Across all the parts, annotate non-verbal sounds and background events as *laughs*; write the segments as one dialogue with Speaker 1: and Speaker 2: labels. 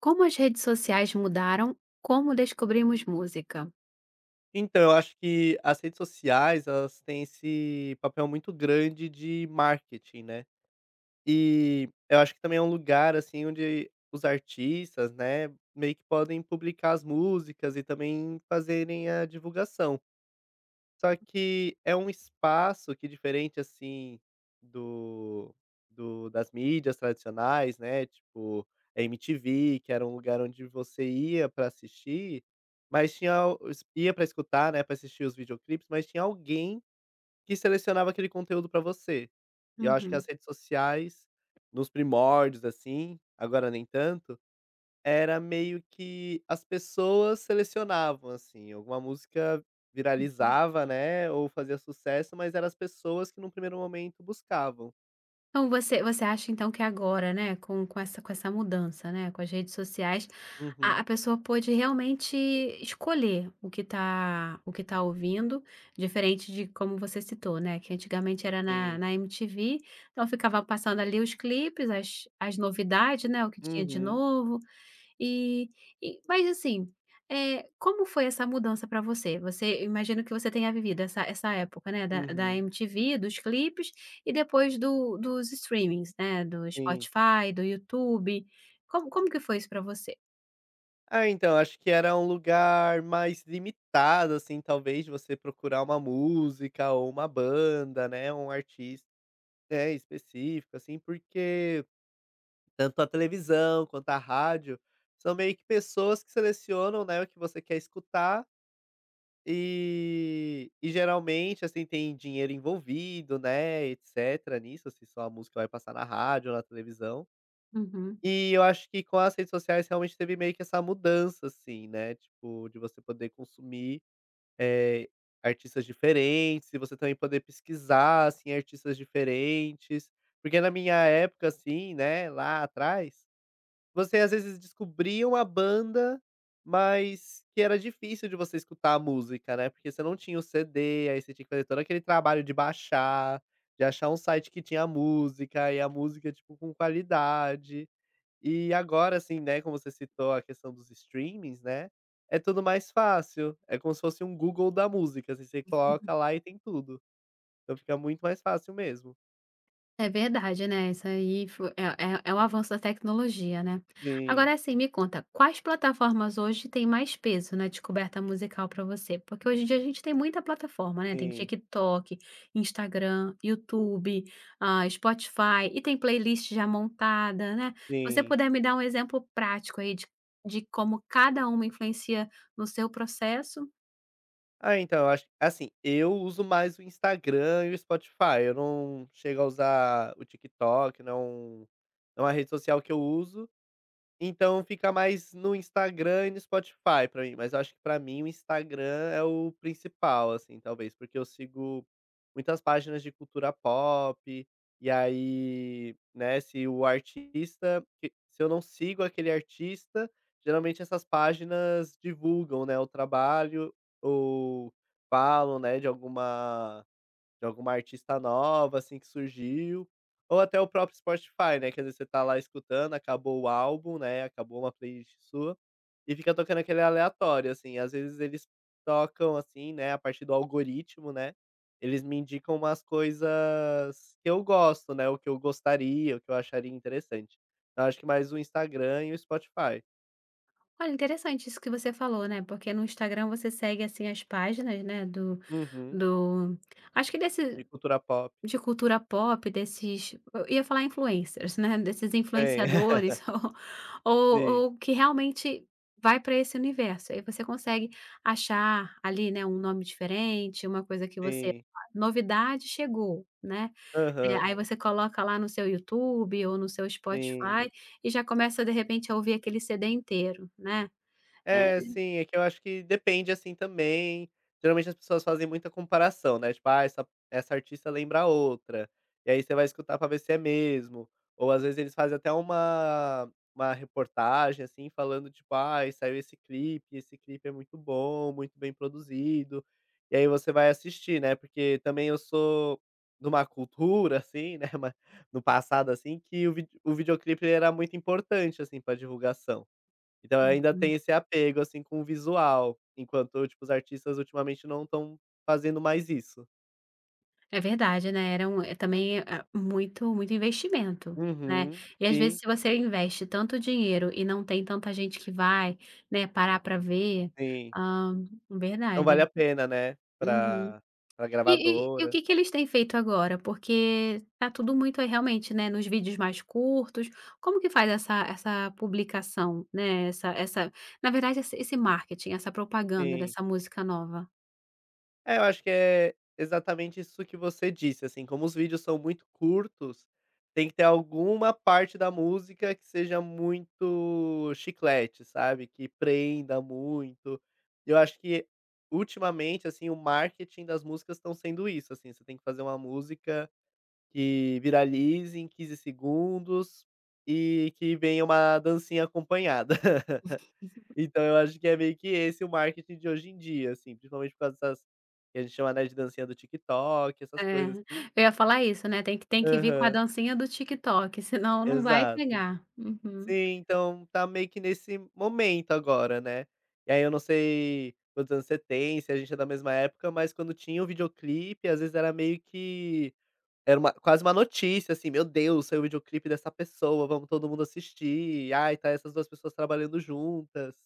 Speaker 1: Como as redes sociais mudaram como descobrimos música?
Speaker 2: Então, eu acho que as redes sociais, elas têm esse papel muito grande de marketing, né. E eu acho que também é um lugar, assim, onde os artistas, né, meio que podem publicar as músicas e também fazerem a divulgação. Só que é um espaço que diferente, assim, do do das mídias tradicionais, né, tipo, MTV, que era um lugar onde você ia para assistir, mas tinha o es ia para escutar, né, para assistir os videoclipes, mas tinha alguém que selecionava aquele conteúdo para você. E eu acho que
Speaker 1: Uhum.
Speaker 2: as redes sociais, nos primórdios, assim, agora nem tanto, era meio que as pessoas selecionavam, assim, alguma música
Speaker 1: Uhum.
Speaker 2: viralizava, né, ou fazia sucesso, mas eram as pessoas que num primeiro momento buscavam.
Speaker 1: Então você acha então que agora, né, com essa mudança, né, com as redes sociais, a
Speaker 2: Uhum,
Speaker 1: pessoa pode realmente escolher o que tá ouvindo, diferente de como você citou, né, que antigamente era na
Speaker 2: sim.
Speaker 1: na MTV, então ficava passando ali os clipes, as novidades, né, o que tinha de
Speaker 2: Uhum,
Speaker 1: novo. E mas assim, como foi essa mudança para você? Você, eu imagino que você tenha vivido essa época, né, da
Speaker 2: uhum,
Speaker 1: MTV, dos clipes e depois do dos streamings, né, do
Speaker 2: sim.
Speaker 1: Spotify, do YouTube. Como que foi isso para você?
Speaker 2: Ah, então, acho que era um lugar mais limitado, assim, talvez, de você procurar uma música ou uma banda, né, um artista, né, específico, assim, porque tanto a televisão quanto a rádio são meio que pessoas que selecionam, né, o que você quer escutar. E geralmente, assim, tem dinheiro envolvido, né, etcétera, nisso, se só a música vai passar na rádio ou na televisão.
Speaker 1: Uhum.
Speaker 2: E eu acho que com as redes sociais realmente teve meio que essa mudança, assim, né, tipo, de você poder consumir, eh, artistas diferentes e você também poder pesquisar, assim, artistas diferentes. Porque na minha época, assim, né, lá atrás você às vezes descobria uma banda, mas que era difícil de você escutar a música, né, porque você não tinha o CD, aí você tinha que fazer todo aquele trabalho de baixar, de achar um site que tinha a música, e a música, tipo, com qualidade. E agora, assim, né, como você citou a questão dos streamings, né, é tudo mais fácil, é como se fosse um Google da música, assim, você coloca lá e tem tudo. Então fica muito mais fácil mesmo.
Speaker 1: É verdade, né, isso aí fo é é é o avanço da tecnologia, né.
Speaker 2: Sim,
Speaker 1: Agora assim, me conta, quais plataformas hoje têm mais peso na descoberta musical para você? Porque hoje em dia a gente tem muita plataforma, né, tem
Speaker 2: sim,
Speaker 1: TikTok, Instagram, YouTube, Spotify, e tem playlist já montada, né. Se você
Speaker 2: sim.
Speaker 1: puder me dar um exemplo prático aí de como cada uma influencia no seu processo.
Speaker 2: Ah, então, eu acho assim, eu uso mais o Instagram e o Spotify, eu não chego a usar o TikTok, não. Não é uma rede social que eu uso. Então fica mais no Instagram e no Spotify pra mim, mas eu acho que pra mim o Instagram é o principal, assim, talvez, porque eu sigo muitas páginas de cultura pop, e aí, né, se o artista que se eu não sigo aquele artista, geralmente essas páginas divulgam, né, o trabalho ou falam, né, de alguma artista nova, assim, que surgiu, ou até o próprio Spotify, né, que às vezes você tá lá escutando, acabou o álbum, né, acabou uma playlist sua, e fica tocando aquele aleatório, assim. Às vezes eles tocam, assim, né, a partir do algoritmo, né, eles me indicam umas coisas que eu gosto, né, o que eu gostaria, o que eu acharia interessante. Eu acho que mais o Instagram e o Spotify.
Speaker 1: Olha, interessante isso que você falou, né, porque no Instagram você segue, assim, as páginas, né, do
Speaker 2: Uhum.
Speaker 1: Do acho que desse
Speaker 2: E cultura pop.
Speaker 1: de cultura pop, desses, eu ia falar influencers, né, desses
Speaker 2: Tem. *laughs*
Speaker 1: influenciadores *laughs* ou ou
Speaker 2: Sim,
Speaker 1: ou que realmente vai para esse universo, aí você consegue achar ali, né, um nome diferente, uma coisa que você:
Speaker 2: sim.
Speaker 1: "Ah, novidade chegou, né".
Speaker 2: Aham.
Speaker 1: Aí você coloca lá no seu YouTube ou no seu
Speaker 2: Sim.
Speaker 1: Spotify e já começa de repente a ouvir aquele CD inteiro, né. É.
Speaker 2: É, sim, é que eu acho que depende, assim, também. Geralmente as pessoas fazem muita comparação, né, tipo: "Ah, essa artista lembra a outra", e aí você vai escutar pra ver se é mesmo. Ou às vezes eles fazem até uma reportagem, assim, falando tipo: "Ah, saiu esse clipe é muito bom, muito bem produzido", e aí você vai assistir, né, porque também eu sou de uma cultura, assim, né, *laughs* mas no passado, assim, que o videoclipe ele era muito importante, assim, pra divulgação. Então ainda
Speaker 1: Uhum.
Speaker 2: tem esse apego, assim, com o visual, enquanto, tipo, os artistas ultimamente não estão fazendo mais isso.
Speaker 1: É verdade, né, era um, é também, ah, muito investimento, né.
Speaker 2: Uhum.
Speaker 1: E às vezes
Speaker 2: Sim,
Speaker 1: se você investe tanto dinheiro e não tem tanta gente que vai, né, parar para ver,
Speaker 2: sim.
Speaker 1: ah,
Speaker 2: Não
Speaker 1: verdade.
Speaker 2: vale a pena, né,
Speaker 1: Uhum.
Speaker 2: pra
Speaker 1: E o
Speaker 2: gravadora.
Speaker 1: que que eles têm feito agora? Porque tá tudo muito aí realmente, né, nos vídeos mais curtos, como que faz essa publicação, né, essa na verdade esse marketing, essa propaganda
Speaker 2: Sim.
Speaker 1: dessa música nova?
Speaker 2: É, eu acho que é exatamente isso que você disse, assim, como os vídeos são muito curtos, tem que ter alguma parte da música que seja muito chiclete, sabe, que prenda muito. Eu acho que ultimamente, assim, o marketing das músicas estão sendo isso, assim, você tem que fazer uma música que viralize em 15 segundos e que venha uma dancinha acompanhada. Então eu acho que é meio que esse o marketing de hoje em dia, assim, principalmente por causa dessas que a gente chama, né, de dancinha do TikTok, essas
Speaker 1: É,
Speaker 2: coisas assim.
Speaker 1: eu ia falar isso, né, tem que vir com a
Speaker 2: Aham,
Speaker 1: dancinha do TikTok, senão não vai
Speaker 2: exato.
Speaker 1: pegar. Uhum.
Speaker 2: Sim, então tá meio que nesse momento agora, né. E aí eu não sei quantos anos você tem, se a gente é da mesma época, mas quando tinha o videoclipe, às vezes era meio que era uma quase uma notícia, assim: "Meu Deus, saiu o videoclipe dessa pessoa, vamos todo mundo assistir. Ai, tá essas 2 pessoas trabalhando juntas".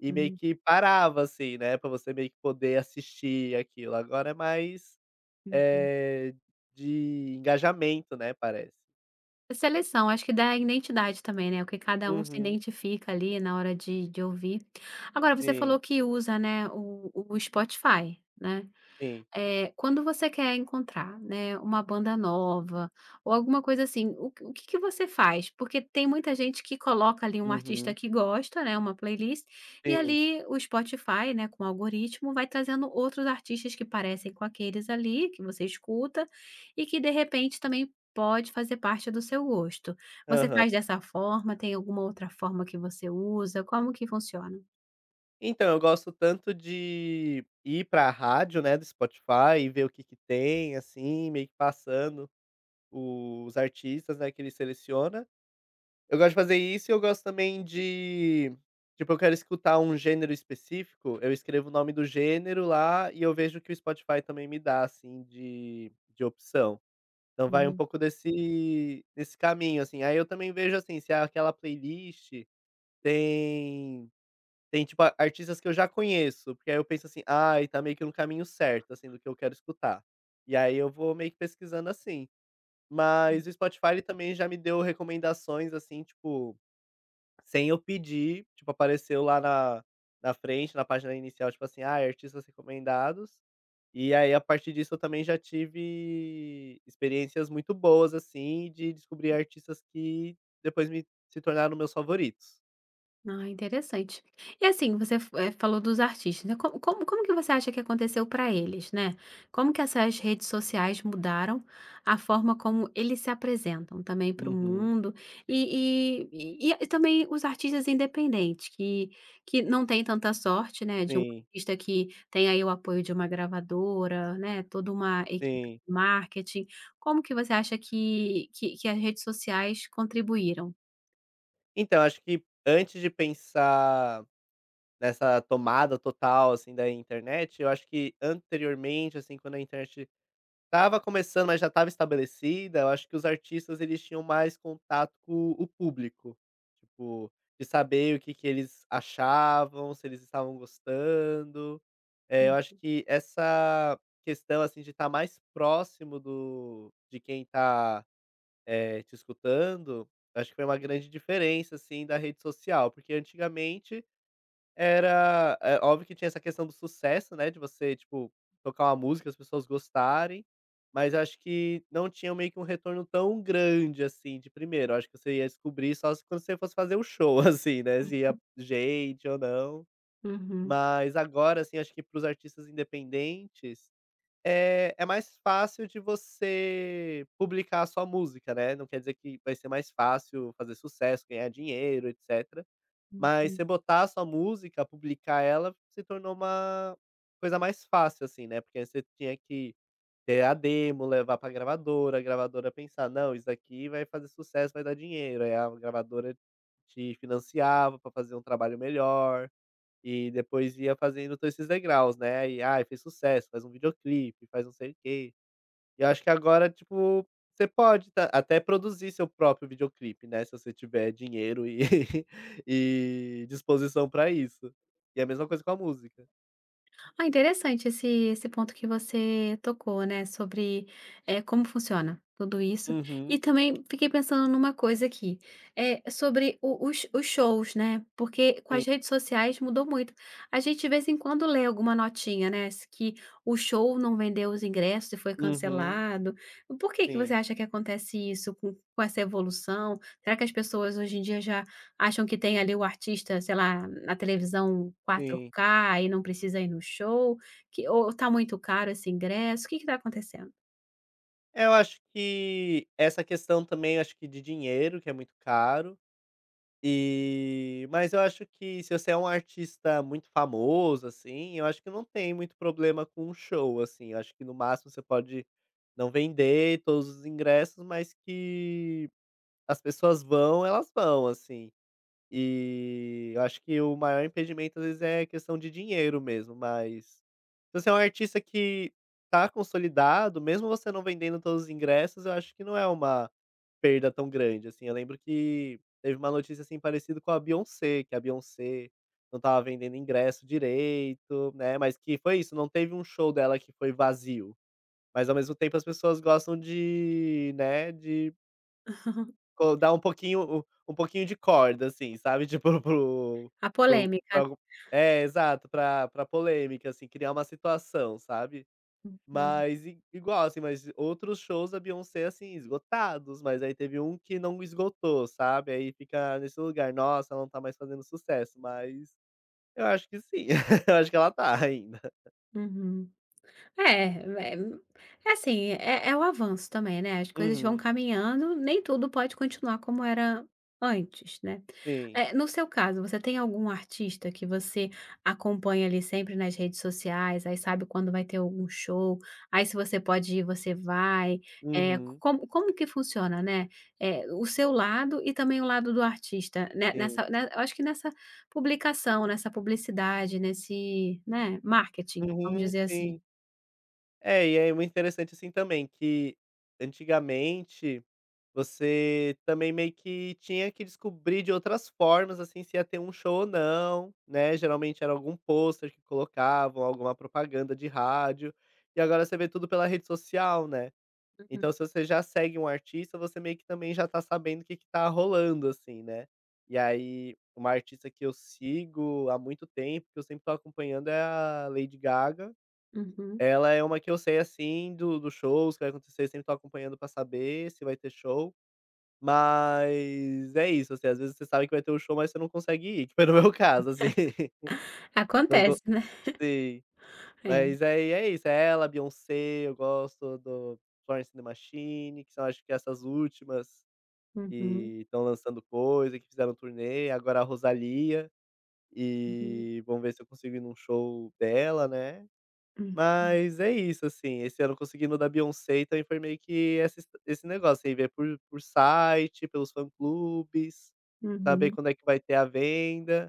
Speaker 2: E meio que parava, assim, né, pra você meio que poder assistir aquilo. Agora é mais,
Speaker 1: Uhum.
Speaker 2: eh, de engajamento, né, parece.
Speaker 1: A Seleção, acho que dá identidade também, né, o que cada um se
Speaker 2: Uhum.
Speaker 1: identifica ali na hora de ouvir. Agora você
Speaker 2: Sim,
Speaker 1: falou que usa, né, o Spotify, né?
Speaker 2: sim.
Speaker 1: Quando você quer encontrar, né, uma banda nova ou alguma coisa assim, o que que você faz? Porque tem muita gente que coloca ali um artista
Speaker 2: Uhum.
Speaker 1: que gosta, né, uma playlist, e
Speaker 2: Sim.
Speaker 1: ali o Spotify, né, com o algoritmo, vai trazendo outros artistas que parecem com aqueles ali, que você escuta, e que de repente também pode fazer parte do seu gosto. Você
Speaker 2: Aham.
Speaker 1: faz dessa forma? Tem alguma outra forma que você usa? Como que funciona?
Speaker 2: Então, eu gosto tanto de ir pra rádio, né, do Spotify e ver o que que tem, assim, meio que passando os artistas, né, que ele seleciona. Eu gosto de fazer isso e eu gosto também de tipo, eu quero escutar um gênero específico, eu escrevo o nome do gênero lá e eu vejo o que o Spotify também me dá, assim, de opção. Então vai um
Speaker 1: Hum.
Speaker 2: pouco desse caminho, assim. Aí eu também vejo, assim, se aquela playlist tem tem, tipo, a artistas que eu já conheço, porque aí eu penso assim: "Ai, tá meio que no caminho certo, assim, do que eu quero escutar". E aí eu vou meio que pesquisando assim. Mas o Spotify ele também já me deu recomendações, assim, tipo sem eu pedir, tipo, apareceu lá na frente, na página inicial, tipo assim: "Ah, artistas recomendados". E aí, a partir disso, eu também já tive experiências muito boas, assim, de descobrir artistas que depois me se tornaram meus favoritos.
Speaker 1: Ah, interessante. E assim, você f falou dos artistas, né, como que você acha que aconteceu para eles, né? Como que essas redes sociais mudaram a forma como eles se apresentam também para o
Speaker 2: Uhum.
Speaker 1: mundo, e também os artistas independentes que não têm tanta sorte, né, de um
Speaker 2: Sim,
Speaker 1: artista que tem aí o apoio de uma gravadora, né, toda uma equipe
Speaker 2: sim.
Speaker 1: de marketing. Como que você acha que as redes sociais contribuíram?
Speaker 2: Então, acho que antes de pensar nessa tomada total, assim, da internet, eu acho que anteriormente, assim, quando a internet estava começando, mas já estava estabelecida. Eu acho que os artistas eles tinham mais contato com o público, tipo, de saber o que que eles achavam, se eles estavam gostando. Eu acho que essa questão, assim, de estar mais próximo do de quem está, te escutando, eu acho que foi uma grande diferença, assim, da rede social, porque antigamente era é óbvio que tinha essa questão do sucesso, né, de você, tipo, tocar uma música, as pessoas gostarem, mas eu acho que não tinha meio que um retorno tão grande, assim, de primeiro. Eu acho que você ia descobrir só se quando você fosse fazer um show, *laughs* assim, né, se ia gente ou não.
Speaker 1: Hum.
Speaker 2: Mas agora, assim, acho que para os artistas independentes, é mais fácil de você publicar a sua música, né, não quer dizer que vai ser mais fácil fazer sucesso, ganhar dinheiro, etc. Mas
Speaker 1: Uhum.
Speaker 2: você botar a sua música, publicar ela, se tornou uma coisa mais fácil, assim, né, porque aí você tinha que ter a demo, levar pra gravadora, a gravadora pensar: "Não, isso aqui vai fazer sucesso, vai dar dinheiro", aí a gravadora te financiava pra fazer um trabalho melhor, e depois ia fazendo todos esses degraus, né, e, ai, fez sucesso, faz um videoclipe, faz não sei o quê. E eu acho que agora, tipo, você pode ta até produzir seu próprio videoclipe, né, se você tiver dinheiro e *laughs* e disposição pra isso. E é a mesma coisa com a música.
Speaker 1: Ah, interessante esse ponto que você tocou, né, sobre, como funciona tudo isso. E
Speaker 2: Uhum,
Speaker 1: também fiquei pensando numa coisa aqui, é sobre o os shows, né, porque com
Speaker 2: sim.
Speaker 1: as redes sociais mudou muito. A gente de vez em quando lê alguma notinha, né, s que o show não vendeu os ingressos e foi
Speaker 2: Uhum,
Speaker 1: cancelado. Por que que você
Speaker 2: sim,
Speaker 1: acha que acontece isso com essa evolução? Será que as pessoas hoje em dia já acham que tem ali o artista, sei lá, na televisão
Speaker 2: sim.
Speaker 1: 4K e não precisa ir no show, que ou está muito caro esse ingresso, o que que está acontecendo?
Speaker 2: É, eu acho que essa questão também, eu acho que de dinheiro, que é muito caro. E mas eu acho que se você é um artista muito famoso, assim, eu acho que não tem muito problema com um show, assim, eu acho que no máximo você pode não vender todos os ingressos, mas que as pessoas vão, elas vão, assim. E eu acho que o maior impedimento às vezes é questão de dinheiro mesmo, mas se você é um artista que tá consolidado, mesmo você não vendendo todos os ingressos, eu acho que não é uma perda tão grande, assim. Eu lembro que teve uma notícia, assim, parecida com a Beyoncé, que a Beyoncé não estava vendendo ingresso direito, né, mas que foi isso, não teve um show dela que foi vazio, mas ao mesmo tempo as pessoas gostam de, né, de
Speaker 1: *laughs*
Speaker 2: co dar um pouquinho de corda, assim, sabe, *laughs* tipo pro
Speaker 1: A
Speaker 2: pro
Speaker 1: polêmica, né?
Speaker 2: pra é, exato, pra polêmica, assim, criar uma situação, sabe.
Speaker 1: Uhum.
Speaker 2: Mas i igual, assim, mas outros shows da Beyoncé, assim, esgotados, mas aí teve um que não esgotou, sabe, aí fica nesse lugar, nossa, ela não tá mais fazendo sucesso, mas eu acho que sim, *laughs* eu acho que ela tá ainda.
Speaker 1: Uhum. É, é é assim, é é o avanço também, né, as coisas vão
Speaker 2: Uhum,
Speaker 1: caminhando, nem tudo pode continuar como era antes, né.
Speaker 2: sim.
Speaker 1: No seu caso, você tem algum artista que você acompanha ali sempre nas redes sociais, aí sabe quando vai ter algum show, aí se você pode ir, você vai. É
Speaker 2: Uhum,
Speaker 1: como como que funciona, né, é o seu lado e também o lado do artista, né,
Speaker 2: sim.
Speaker 1: nessa, né, eu acho que nessa publicação, nessa publicidade, nesse, né, marketing, vamos
Speaker 2: Uhum,
Speaker 1: dizer assim.
Speaker 2: sim. É, e é muito interessante, assim, também, que antigamente você também meio que tinha que descobrir de outras formas, assim, se ia ter um show ou não, né, geralmente era algum pôster que colocavam, alguma propaganda de rádio, e agora você vê tudo pela rede social, né. Então
Speaker 1: Uhum.
Speaker 2: se você já segue um artista, você meio que também já tá sabendo o que que tá rolando, assim, né. E aí, uma artista que eu sigo há muito tempo, que eu sempre tô acompanhando, é a Lady Gaga.
Speaker 1: Uhum.
Speaker 2: Ela é uma que eu sei, assim, do dos shows que vai acontecer, eu sempre tô acompanhando pra saber se vai ter show, mas é isso, assim, às vezes você sabe que vai ter um show, mas você não consegue ir, *laughs* que foi no meu caso, assim. *laughs* Não con
Speaker 1: Acontece, né. É.
Speaker 2: Mas aí é isso, é ela, Beyoncé, eu gosto do Florence and the Machine, que são acho que essas últimas
Speaker 1: Uhum.
Speaker 2: que estão lançando coisa, que fizeram turnê, agora a Rosalía,
Speaker 1: Uhum.
Speaker 2: e vamos ver se eu consigo ir num show dela, né.
Speaker 1: Uhum.
Speaker 2: Mas é isso, assim, esse ano conseguindo o da Beyoncé, então foi meio que essa his esse negócio aí, ver por site, pelos fã-clubes, saber
Speaker 1: Uhum.
Speaker 2: quando é que vai ter a venda,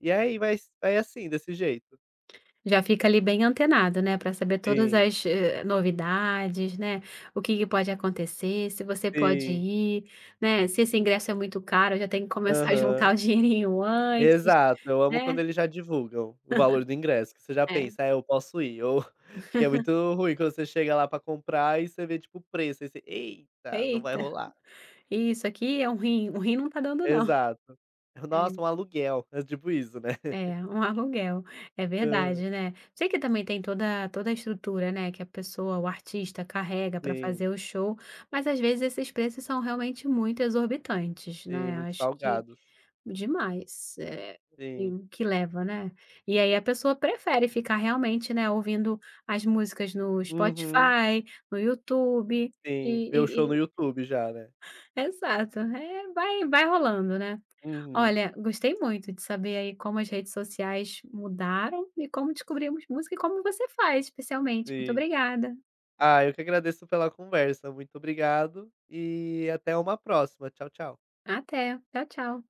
Speaker 2: e aí vai vai assim, desse jeito.
Speaker 1: Já fica ali bem antenado, né, para saber todas
Speaker 2: Sim,
Speaker 1: as, novidades, né, o que que pode acontecer, se você pode
Speaker 2: sim.
Speaker 1: ir, né, se esse ingresso é muito caro, já tem que começar a juntar o *laughs*
Speaker 2: Aham.
Speaker 1: dinheirinho antes,
Speaker 2: Exato, eu amo
Speaker 1: né.
Speaker 2: quando eles já divulgam o valor do ingresso, que você já
Speaker 1: É.
Speaker 2: pensa: "Ah, eu posso ir", ou *laughs* que é muito ruim quando você chega lá pra comprar e você vê, tipo, o preço, aí você: "Eita, não vai
Speaker 1: Eita,
Speaker 2: rolar".
Speaker 1: isso aqui é um rim. O rim não tá dando não.
Speaker 2: Exato. "Nossa, um
Speaker 1: É.
Speaker 2: aluguel", é tipo isso, né.
Speaker 1: É,
Speaker 2: *laughs*
Speaker 1: um *laughs* aluguel, é
Speaker 2: Aham.
Speaker 1: verdade, né. Sei que também tem toda a estrutura, né, que a pessoa, o artista carrega para
Speaker 2: Sim,
Speaker 1: fazer o show, mas às vezes esses preços são realmente muito exorbitantes,
Speaker 2: sim,
Speaker 1: né, eu
Speaker 2: muito
Speaker 1: acho que
Speaker 2: salgados.
Speaker 1: demais, e
Speaker 2: Sim.
Speaker 1: o que leva, né. E aí a pessoa prefere ficar realmente, né, ouvindo as músicas no
Speaker 2: Uhum.
Speaker 1: Spotify, no YouTube,
Speaker 2: Sim, ver o show
Speaker 1: e e
Speaker 2: no
Speaker 1: e
Speaker 2: YouTube já, né.
Speaker 1: exato, vai vai rolando, né.
Speaker 2: Uhum,
Speaker 1: Olha, gostei muito de saber aí como as redes sociais mudaram e como descobrimos música e como você faz, especialmente. Muito
Speaker 2: sim.
Speaker 1: obrigada.
Speaker 2: Ah, eu que agradeço pela conversa, muito obrigado e até uma próxima. Tchau, tchau.
Speaker 1: Até. Tchau, tchau.